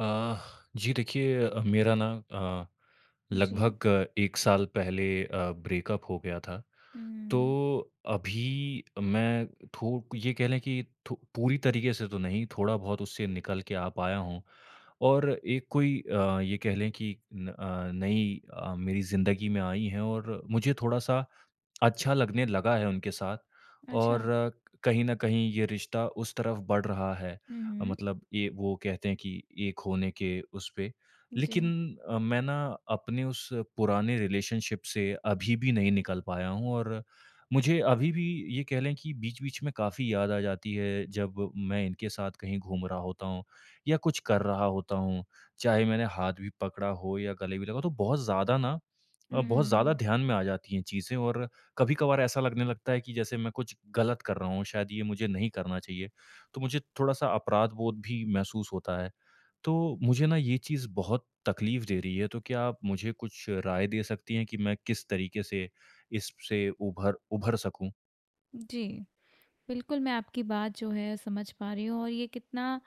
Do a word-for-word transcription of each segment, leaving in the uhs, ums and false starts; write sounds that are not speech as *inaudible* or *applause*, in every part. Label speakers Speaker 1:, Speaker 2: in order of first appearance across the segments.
Speaker 1: अ, जी देखिए, अ, मेरा ना अ,
Speaker 2: जी।
Speaker 1: लगभग, अ, एक साल पहले अ, ब्रेकअप हो गया था। तो
Speaker 2: हुँ।
Speaker 1: अभी मैं, थो ये कह लें कि थो पूरी तरीके से तो नहीं, थोड़ा बहुत उससे निकल के आ पाया हूँ। और एक कोई अ, ये कह लें कि न अ, नई, अ, मेरी ज़िंदगी में आई हैं और मुझे थोड़ा-सा अच्छा लगने लगा है उनके साथ।
Speaker 2: अच्छा।
Speaker 1: और कहीं न कहीं ये रिश्ता उस तरफ बढ़ रहा है।
Speaker 2: हुँ,
Speaker 1: अ,
Speaker 2: हुँ,
Speaker 1: मतलब ये वो कहते हैं कि एक होने के उस पे।
Speaker 2: जी,
Speaker 1: लेकिन अ, मैं ना अपने उस पुराने रिलेशनशिप से अभी भी नहीं निकल पाया हूँ और मुझे अभी भी ये कह लें कि बीच-बीच में काफ़ी याद आ जाती है जब मैं इनके साथ कहीं घूम रहा होता हूँ या कुछ कर रहा होता हूँ। चाहे मैंने हाथ भी पकड़ा हो या गले भी लगा तो बहुत ज़्यादा ना, अ, बहुत ज़्यादा
Speaker 2: हुँ,
Speaker 1: ध्यान में आ जाती हैं चीज़ें। और कभी-कभार ऐसा लगने लगता है कि जैसे मैं कुछ गलत कर रहा हूँ, शायद ये मुझे नहीं करना चाहिए, तो मुझे थोड़ा-सा अपराध बोध भी महसूस होता है। तो मुझे ना ये चीज़ बहुत तकलीफ़ दे रही है, तो क्या आप मुझे कुछ राय दे सकती हैं कि मैं किस तरीके से इससे उभर उभर सकूँ?
Speaker 2: जी। बिल्कुल, मैं आपकी बात जो है समझ पा रही हूँ, और ये कितना,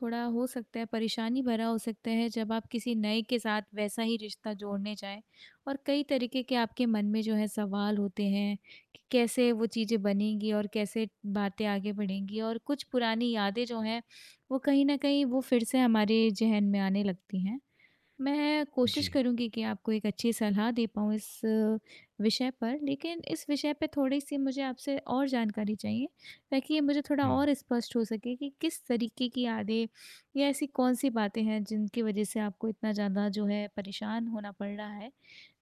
Speaker 2: थोड़ा हो सकता है, परेशानी भरा हो सकता है जब आप किसी नए के साथ वैसा ही रिश्ता जोड़ने जाएँ, और कई तरीके के आपके मन में जो है सवाल होते हैं कि कैसे वो चीज़ें बनेंगी और कैसे बातें आगे बढ़ेंगी, और कुछ पुरानी यादें जो हैं, वो कहीं न कहीं वो फिर से हमारे ज़हन में आने लगती हैं। मैं कोशिश
Speaker 1: जी।
Speaker 2: करूँगी कि आपको एक अच्छी सलाह दे पाऊँ इस अ, विषय पर, लेकिन इस विषय पे थोड़ी-सी मुझे आपसे और जानकारी चाहिए, ताकि ये मुझे थोड़ा और स्पष्ट हो सके कि किस तरीके की यादें या ऐसी कौन-सी बातें हैं जिनकी वज़ह से आपको इतना ज़्यादा जो है परेशान होना पड़ रहा है।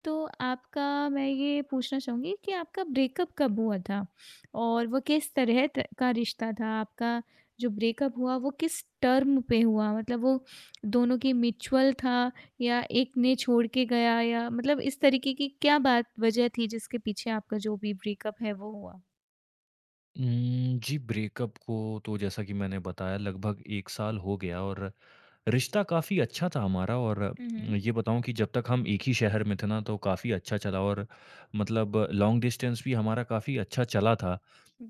Speaker 2: तो आपका, मैं ये पूछना चाहूँगी कि आपका ब्रेकअप कब हुआ था? और वो किस तरह त का रिश्ता था? आपका जो ब्रेकअप हुआ, वो किस टर्म पे हुआ? मतलब वो दोनों की म्यूचुअल था, या एक ने छोड़ के गया, या मतलब इस तरीके की क्या बात, वजह थी जिसके पीछे आपका जो भी ब्रेकअप है वो हुआ?
Speaker 1: उम, जी, ब्रेकअप को तो जैसा कि मैंने बताया लगभग एक साल हो गया। और रिश्ता काफ़ी अच्छा था हमारा। और
Speaker 2: हुँ, हुँ।
Speaker 1: ये बताऊँ कि जब तक हम एक ही शहर में थे ना तो काफ़ी अच्छा चला। और मतलब लॉन्ग डिस्टेंस भी हमारा काफ़ी अच्छा चला था।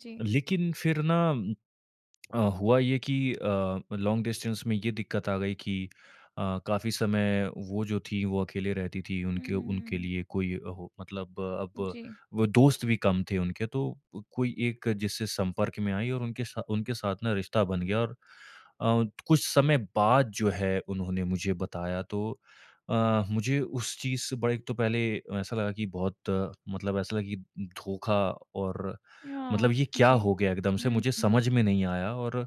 Speaker 2: जी।
Speaker 1: लेकिन फिर ना, अ, हुआ ये कि अ, लॉन्ग डिस्टेंस में ये दिक्कत आ गई कि अ, काफ़ी समय वो जो थी वो अकेले रहती थी,
Speaker 2: हुँ,
Speaker 1: उनके
Speaker 2: हुँ,
Speaker 1: उनके
Speaker 2: हुँ।
Speaker 1: लिए कोई हो, मतलब अ, अब
Speaker 2: जी।
Speaker 1: वो दोस्त भी कम थे उनके। तो कोई एक जिससे संपर्क में आई और उनके सा, उनके साथ ना रिश्ता बन गया। और अ, कुछ समय बाद जो है उन्होंने मुझे बताया। तो अ, मुझे उस चीज़ से बड़े, एक तो पहले ऐसा लगा कि बहुत, अ, मतलब ऐसा लगा कि धोखा। और मतलब
Speaker 2: हाँ,
Speaker 1: ये क्या
Speaker 2: जी।
Speaker 1: हो गया एकदम से
Speaker 2: हुँ,
Speaker 1: मुझे
Speaker 2: हुँ,
Speaker 1: समझ में नहीं आया। और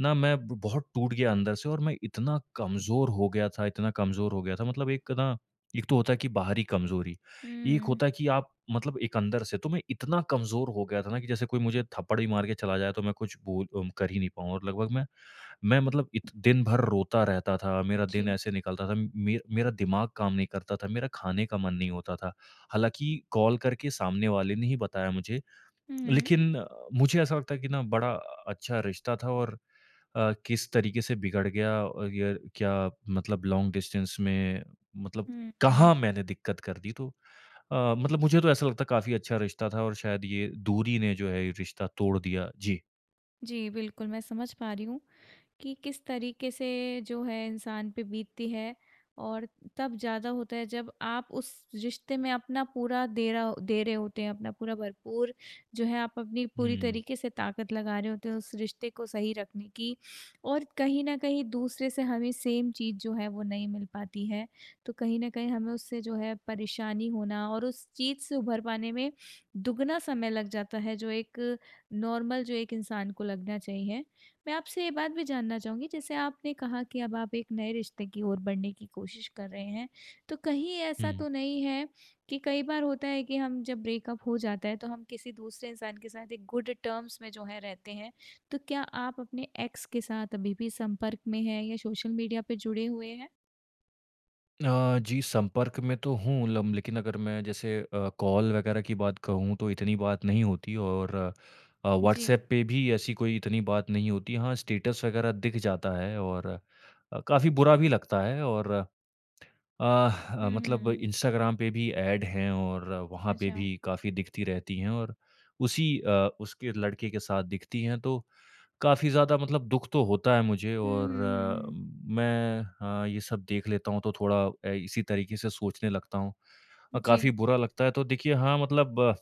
Speaker 1: ना मैं ब बहुत टूट गया अंदर से। और मैं इतना कमज़ोर हो गया था, इतना कमज़ोर हो गया था मतलब, एक ना, एक तो होता है कि बाहरी कमज़ोरी, एक
Speaker 2: हुँ।
Speaker 1: होता है कि आप मतलब एक अंदर से, तो मैं इतना कमज़ोर हो गया था ना कि जैसे कोई मुझे थप्पड़ भी मार के चला जाए तो मैं कुछ बोल अम, कर ही नहीं पाऊँ। और लगभग मैं मैं मतलब इत दिन भर रोता रहता था, मेरा दिन
Speaker 2: जी।
Speaker 1: ऐसे निकलता था, मे मेरा दिमाग काम नहीं करता था, मेरा खाने का मन नहीं होता था। हालाँकि कॉल करके सामने वाले ने ही बताया मुझे,
Speaker 2: हुँ, हुँ,
Speaker 1: लेकिन अ, मुझे ऐसा लगता है कि ना बड़ा अच्छा रिश्ता था। और अ, किस तरीके से बिगड़ गया और ये क्या, मतलब लॉन्ग डिस्टेंस में, मतलब
Speaker 2: हुँ, हुँ।
Speaker 1: कहाँ मैंने दिक्कत कर दी। तो अ, मतलब मुझे तो ऐसा लगता है काफ़ी अच्छा रिश्ता था, और शायद ये दूरी ने जो है ये रिश्ता तोड़ दिया। जी।
Speaker 2: जी, बिल्कुल, मैं समझ पा रही हूँ कि किस तरीके से जो है इंसान पे बीतती है, और तब ज़्यादा होता है जब आप उस रिश्ते में अपना पूरा दे रहा दे रहे होते हैं, अपना पूरा भरपूर जो है, आप अपनी पूरी
Speaker 1: हुँ,
Speaker 2: तरीके से ताकत लगा रहे होते हैं उस रिश्ते को सही रखने की, और कहीं न कहीं दूसरे से हमें सेम चीज़ जो है वो नहीं मिल पाती है। तो कहीं न कहीं हमें उससे जो है परेशानी होना, और उस चीज़ से उभर पाने में दुगना समय लग जाता है, जो एक नॉर्मल, जो एक इंसान को लगना चाहिए। मैं आपसे ये बात भी जानना चाहूँगी, जैसे आपने कहा कि अब आप एक नए रिश्ते की ओर बढ़ने की कोशिश कर रहे हैं, तो कहीं ऐसा
Speaker 1: हुँ।
Speaker 2: तो नहीं है कि, कई बार होता है कि हम, जब ब्रेकअप हो जाता है तो हम किसी दूसरे इंसान के साथ एक गुड टर्म्स में जो है रहते हैं, तो क्या आप अपने एक्स के साथ अभी भी संपर्क में हैं, या सोशल मीडिया पे जुड़े हुए हैं?
Speaker 1: अ, जी, संपर्क में तो हूँ लम लेकिन अगर मैं जैसे, अ, कॉल वगैरह की बात कहूँ तो इतनी बात नहीं होती। और अ,
Speaker 2: जी।
Speaker 1: व्हाट्सएप पे भी ऐसी कोई इतनी बात नहीं होती। हाँ, स्टेटस वगैरह दिख जाता है। और अ, काफ़ी बुरा भी लगता है। और अ, अ,
Speaker 2: हुँ,
Speaker 1: मतलब
Speaker 2: हुँ।
Speaker 1: इंस्टाग्राम पे भी ऐड हैं और वहाँ पे
Speaker 2: अच्छा। हुँ,
Speaker 1: भी काफ़ी दिखती रहती हैं। और उसी अ, उसके लड़के के साथ दिखती हैं, तो काफ़ी ज़्यादा मतलब दुःख तो होता है मुझे।
Speaker 2: हुँ,
Speaker 1: और
Speaker 2: हुँ,
Speaker 1: अ,
Speaker 2: हुँ।
Speaker 1: मैं, अ, ये सब देख लेता हूँ तो थोड़ा, अ, इसी तरीके से सोचने लगता हूँ। अ,
Speaker 2: जी।
Speaker 1: काफ़ी बुरा लगता है। तो देखिए, हाँ, मतलब, अ,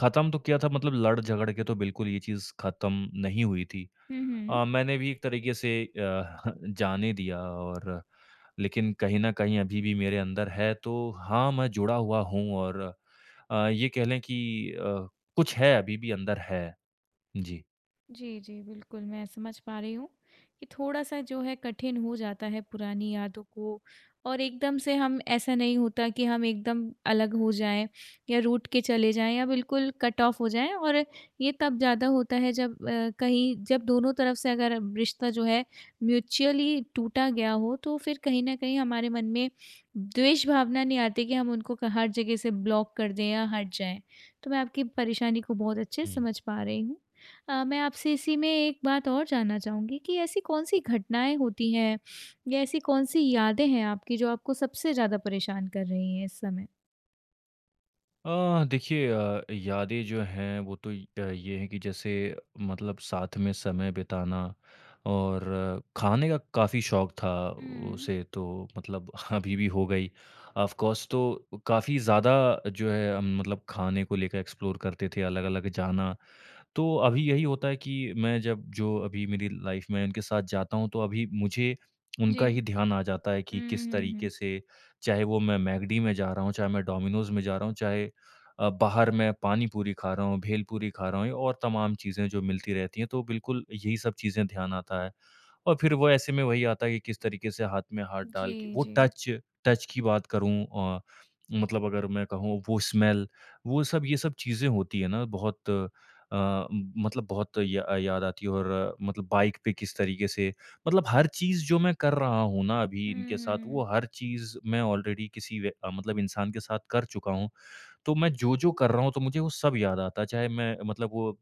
Speaker 1: ख़त्म तो किया था मतलब लड़ झगड़ के तो बिल्कुल ये चीज़ ख़त्म नहीं हुई थी।
Speaker 2: हुँ, हुँ।
Speaker 1: अ, मैंने भी एक तरीके से, अ, *laughs* जाने दिया। और लेकिन कहीं न कहीं अभी भी मेरे अंदर है, तो हाँ, मैं जुड़ा हुआ हूँ। और अ, ये कह लें कि अ, कुछ है, अभी भी अंदर है। जी।
Speaker 2: जी, जी, बिल्कुल, मैं समझ पा रही हूँ कि थोड़ा-सा जो है कठिन हो जाता है पुरानी यादों को, और एकदम से हम, ऐसा नहीं होता कि हम एकदम अलग हो जाएँ, या रूठ के चले जाएँ, या बिल्कुल कट ऑफ हो जाएँ, और ये तब ज़्यादा होता है जब अ, कहीं, जब दोनों तरफ से अगर रिश्ता जो है म्यूचुअली टूटा गया हो, तो फिर कहीं न कहीं हमारे मन में द्वेष भावना नहीं आती कि हम उनको क हर जगह से ब्लॉक कर दें या हट जाएँ। तो मैं आपकी परेशानी को बहुत अच्छे से समझ पा रही हूँ। अ, मैं आपसे इसी में एक बात और जानना चाहूँगी कि ऐसी कौन-सी घटनाएँ होती हैं, या ऐसी कौन-सी यादें हैं आपकी जो आपको सबसे ज़्यादा परेशान कर रही हैं इस समय?
Speaker 1: अ, देखिए, अ, यादें जो हैं वो तो य- अ, ये है कि जैसे मतलब साथ में समय बिताना। और अ, खाने का काफ़ी शौक था
Speaker 2: हुँ,
Speaker 1: उसे। तो मतलब *laughs* अभी भी हो गई, ऑफ कोर्स। तो काफ़ी ज़्यादा जो है हम मतलब खाने को लेकर एक्सप्लोर करते थे, अलग अलग जाना। तो अभी यही होता है कि मैं जब जो अभी मेरी लाइफ में उनके साथ जाता हूँ तो अभी मुझे
Speaker 2: जी।
Speaker 1: उनका ही ध्यान आ जाता है
Speaker 2: हुँ,
Speaker 1: कि किस
Speaker 2: हुँ, हुँ।
Speaker 1: तरीके से, चाहे वो मैं मैकडी में जा रहा हूँ, चाहे मैं डोमिनोज़ में जा रहा हूँ, चाहे अ, बाहर मैं पानी पूरी खा रहा हूँ, भेल पूरी खा रहा हूँ और तमाम चीज़ें जो मिलती रहती हैं, तो बिल्कुल यही सब चीज़ें ध्यान आता है। और फिर वो ऐसे में वही आता है कि किस तरीके से हाथ में हाथ डाल के
Speaker 2: जी,
Speaker 1: वो
Speaker 2: जी।
Speaker 1: टच टच की बात करूँ, अ, मतलब अगर मैं कहूँ वो स्मेल, वो सब ये सब चीज़ें होती है ना बहुत, अ, मतलब बहुत या, याद आती है। और अ, मतलब बाइक पे किस तरीके से, मतलब हर चीज़ जो मैं कर रहा हूँ ना अभी
Speaker 2: हुँ,
Speaker 1: इनके साथ,
Speaker 2: हुँ।
Speaker 1: वो हर चीज़ मैं ऑलरेडी किसी वे- अ, मतलब इंसान के साथ कर चुका हूँ। तो मैं जो जो कर रहा हूँ तो मुझे वो सब याद आता है, चाहे मैं मतलब वो,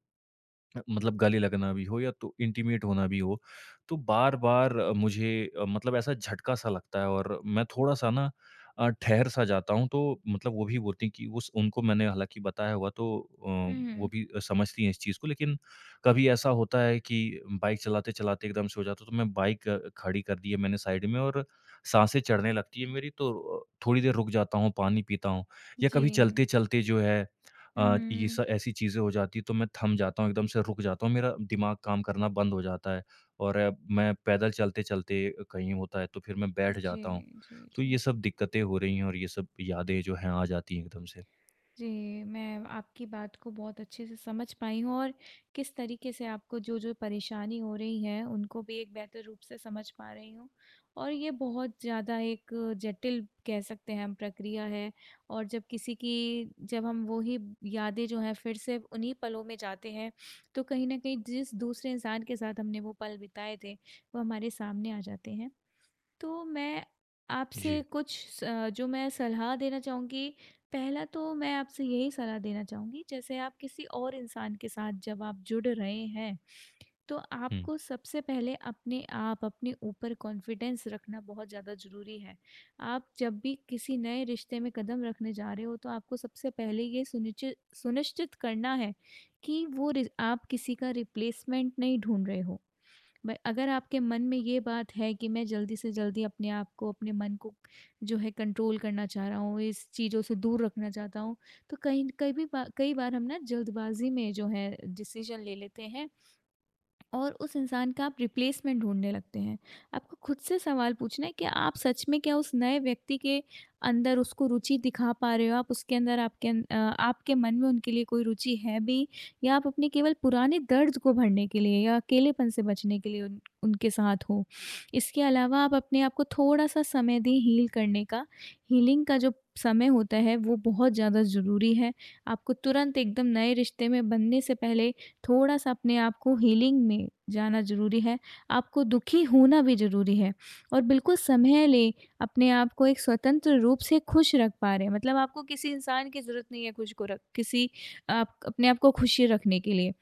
Speaker 1: मतलब गले लगना भी हो या तो इंटीमेट होना भी हो, तो बार-बार मुझे, अ, मतलब ऐसा झटका-सा लगता है और मैं थोड़ा-सा ना, अ, ठहर-सा जाता हूँ। तो मतलब वो भी बोलती हैं कि उस उनको मैंने हालाँकि बताया हुआ। तो अ,
Speaker 2: हुँ,
Speaker 1: वो
Speaker 2: हुँ।
Speaker 1: भी समझती हैं इस चीज़ को, लेकिन कभी ऐसा होता है कि बाइक चलाते-चलाते एकदम से हो जाता है, तो मैं बाइक अ, खड़ी कर दी है मैंने साइड में। और साँसें चढ़ने लगती है मेरी। तो अ, थोड़ी देर रुक जाता हूँ, पानी पीता हूँ, या
Speaker 2: जी।
Speaker 1: कभी चलते-चलते जो है,
Speaker 2: हुँ,
Speaker 1: अ, ये स
Speaker 2: हुँ।
Speaker 1: ऐसी चीज़ें हो जाती है तो मैं थम जाता हूँ, एकदम से रुक जाता हूँ, मेरा दिमाग काम करना बंद हो जाता है। और अ, मैं पैदल चलते-चलते कहीं होता है तो फिर मैं बैठ
Speaker 2: जी,
Speaker 1: जाता हूँ।
Speaker 2: जी,
Speaker 1: तो
Speaker 2: जी।
Speaker 1: ये सब दिक्कतें हो रही हैं और ये सब यादें जो हैं आ जाती हैं एकदम से।
Speaker 2: जी, मैं आपकी बात को बहुत अच्छे से समझ पाई हूँ, और किस तरीके से आपको जो-जो परेशानी हो रही है, उनको भी एक बेहतर रूप से समझ पा रही हूँ। और ये बहुत ज़्यादा एक जटिल, कह सकते हैं हम, प्रक्रिया है। और जब किसी की, जब हम वही यादें जो हैं फिर से उन्हीं पलों में जाते हैं, तो कहीं न कहीं जिस दूसरे इंसान के साथ हमने वो पल बिताए थे, वो हमारे सामने आ जाते हैं। तो मैं आपसे
Speaker 1: जी।
Speaker 2: कुछ स अ, जो मैं सलाह देना चाहूँगी, पहला तो मैं आपसे यही सलाह देना चाहूँगी, जैसे आप किसी और इंसान के साथ जब आप जुड़ रहे हैं, तो
Speaker 1: हुँ।
Speaker 2: आपको सबसे पहले अपने आप, अपने ऊपर कॉन्फिडेंस रखना बहुत ज़्यादा ज़रूरी है। आप जब भी किसी नए रिश्ते में कदम रखने जा रहे हो, तो आपको सबसे पहले ये सुनिचि सुनिश्चित करना है कि वो, रिज आप किसी का रिप्लेसमेंट नहीं ढूँढ रहे हो। ब- अगर आपके मन में ये बात है कि, मैं जल्दी से जल्दी अपने आप को, अपने मन को जो है कंट्रोल करना चाह रहा हूँ, इस चीज़ों से दूर रखना चाहता हूँ, तो कहीं कई भी बा, कई बार हम ना जल्दबाजी में जो है डिसीजन ले लेते हैं, और उस इंसान का आप रिप्लेसमेंट ढूँढने लगते हैं। आपको खुद से सवाल पूछना है कि आप सच में क्या उस नए व्यक्ति के अंदर, उसको रुचि दिखा पा रहे हो? आप उसके अंदर, आपके अन अ, आपके मन में उनके लिए कोई रुचि है भी, या आप अपने केवल पुराने दर्द को भरने के लिए, या अकेलेपन से बचने के लिए उन उनके साथ हो? इसके अलावा, आप अपने आप को थोड़ा-सा समय दें हील करने का। हीलिंग का जो समय होता है वो बहुत ज़्यादा ज़रूरी है। आपको तुरंत एकदम नए रिश्ते में बनने से पहले थोड़ा-सा अपने आप को हीलिंग में जाना ज़रूरी है, आपको दुखी होना भी ज़रूरी है, और बिल्कुल समय लें, अपने आप को एक स्वतंत्र रूप से खुश रख पा रहे हैं। मतलब आपको किसी इंसान की ज़रूरत नहीं है खुश को रख किसी, आप अपने आप को खुशी रखने के लिए।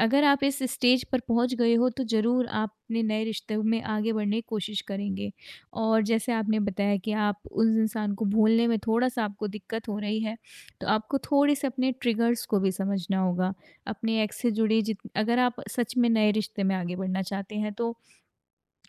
Speaker 2: अगर आप इस स्टेज पर पहुँच गए हो, तो ज़रूर आप अपने नए रिश्ते में आगे बढ़ने की कोशिश करेंगे। और जैसे आपने बताया कि आप उस इंसान को भूलने में थोड़ा-सा आपको दिक्कत हो रही है, तो आपको थोड़े-से अपने ट्रिगर्स को भी समझना होगा। अपने एक्स से जुड़ी जित अगर आप सच में नए रिश्ते में आगे बढ़ना चाहते हैं, तो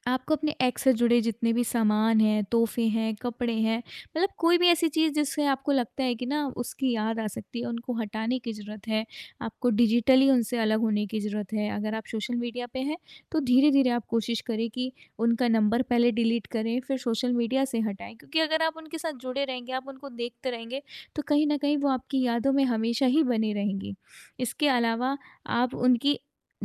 Speaker 2: आपको अपने एक्स से जुड़े जितने भी सामान हैं, तोहफ़े हैं, कपड़े हैं, मतलब कोई भी ऐसी चीज़ जिससे आपको लगता है कि ना उसकी याद आ सकती है, उनको हटाने की ज़रूरत है। आपको डिजिटली उनसे अलग होने की ज़रूरत है। अगर आप सोशल मीडिया पे हैं, तो धीरे-धीरे आप कोशिश करें कि उनका नंबर पहले डिलीट करें, फिर सोशल मीडिया से हटाएँ, क्योंकि अगर आप उनके साथ जुड़े रहेंगे, आप उनको देखते रहेंगे, तो कहीं न कहीं वो आपकी यादों में हमेशा ही बनी रहेंगी। इसके अलावा, आप उनकी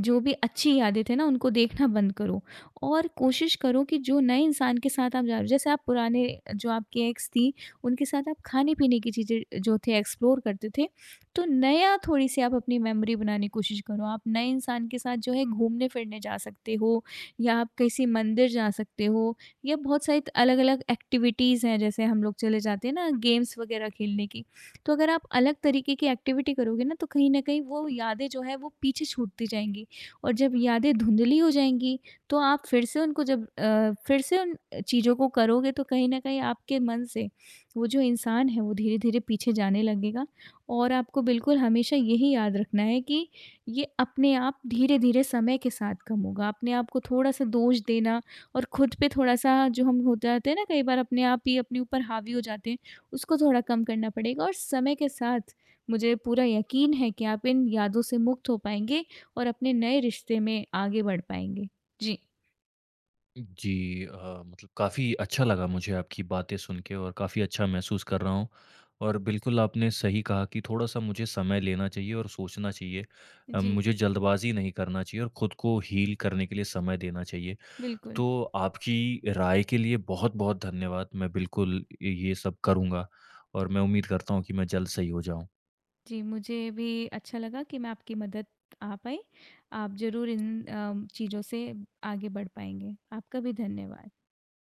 Speaker 2: जो भी अच्छी यादें थे ना, उनको देखना बंद करो। और कोशिश करो कि जो नए इंसान के साथ आप जा रहे हो, जैसे आप पुराने, जो आपकी एक्स थी, उनके साथ आप खाने-पीने की चीज़ें जो थे एक्सप्लोर करते थे, तो नया, थोड़ी-सी आप अपनी मेमोरी बनाने की कोशिश करो। आप नए इंसान के साथ जो है घूमने-फिरने जा सकते हो, या आप किसी मंदिर जा सकते हो, या बहुत सारी त अलग-अलग एक्टिविटीज़ हैं, जैसे हम लोग चले जाते हैं ना गेम्स वगैरह खेलने की। तो अगर आप अलग तरीके की एक्टिविटी करोगे ना, तो कहीं न कहीं वो यादें जो हैं वो पीछे छूटती जाएँगी, और जब यादें धुंधली हो जाएँगी, तो आप फिर से उनको, जब अ, फिर से उन चीज़ों को करोगे, तो कहीं न कहीं आपके मन से वो जो इंसान है वो धीरे-धीरे पीछे जाने लगेगा। और आपको बिल्कुल हमेशा यही याद रखना है कि ये अपने आप धीरे-धीरे समय के साथ कम होगा। अपने आप को थोड़ा-सा दोष देना, और खुद पे थोड़ा-सा, जो हम हो जाते हैं ना कई बार अपने आप ही अपने ऊपर हावी हो जाते हैं, उसको थोड़ा कम करना पड़ेगा, और समय के साथ मुझे पूरा यकीन है कि आप इन यादों से मुक्त हो पाएँगे, और अपने नए रिश्ते में आगे बढ़ पाएँगे। जी,
Speaker 1: जी, अ, मतलब काफ़ी अच्छा लगा मुझे आपकी बातें सुन के और काफ़ी अच्छा महसूस कर रहा हूँ। और बिल्कुल आपने सही कहा कि थोड़ा-सा मुझे समय लेना चाहिए और सोचना चाहिए। अ,
Speaker 2: जी,
Speaker 1: मुझे जल्दबाज़ी नहीं करना चाहिए और खुद को हील करने के लिए समय देना चाहिए।
Speaker 2: बिल्कुल।
Speaker 1: तो आपकी राय के लिए बहुत-बहुत धन्यवाद। मैं बिल्कुल ये सब करूँगा और मैं उम्मीद करता हूँ कि मैं जल्द सही हो जाऊँ।
Speaker 2: जी, मुझे भी अच्छा लगा कि मैं आपकी मदद आ पाई। आप ज़रूर इन अ, चीज़ों से आगे बढ़ पाएँगे। आपका भी धन्यवाद।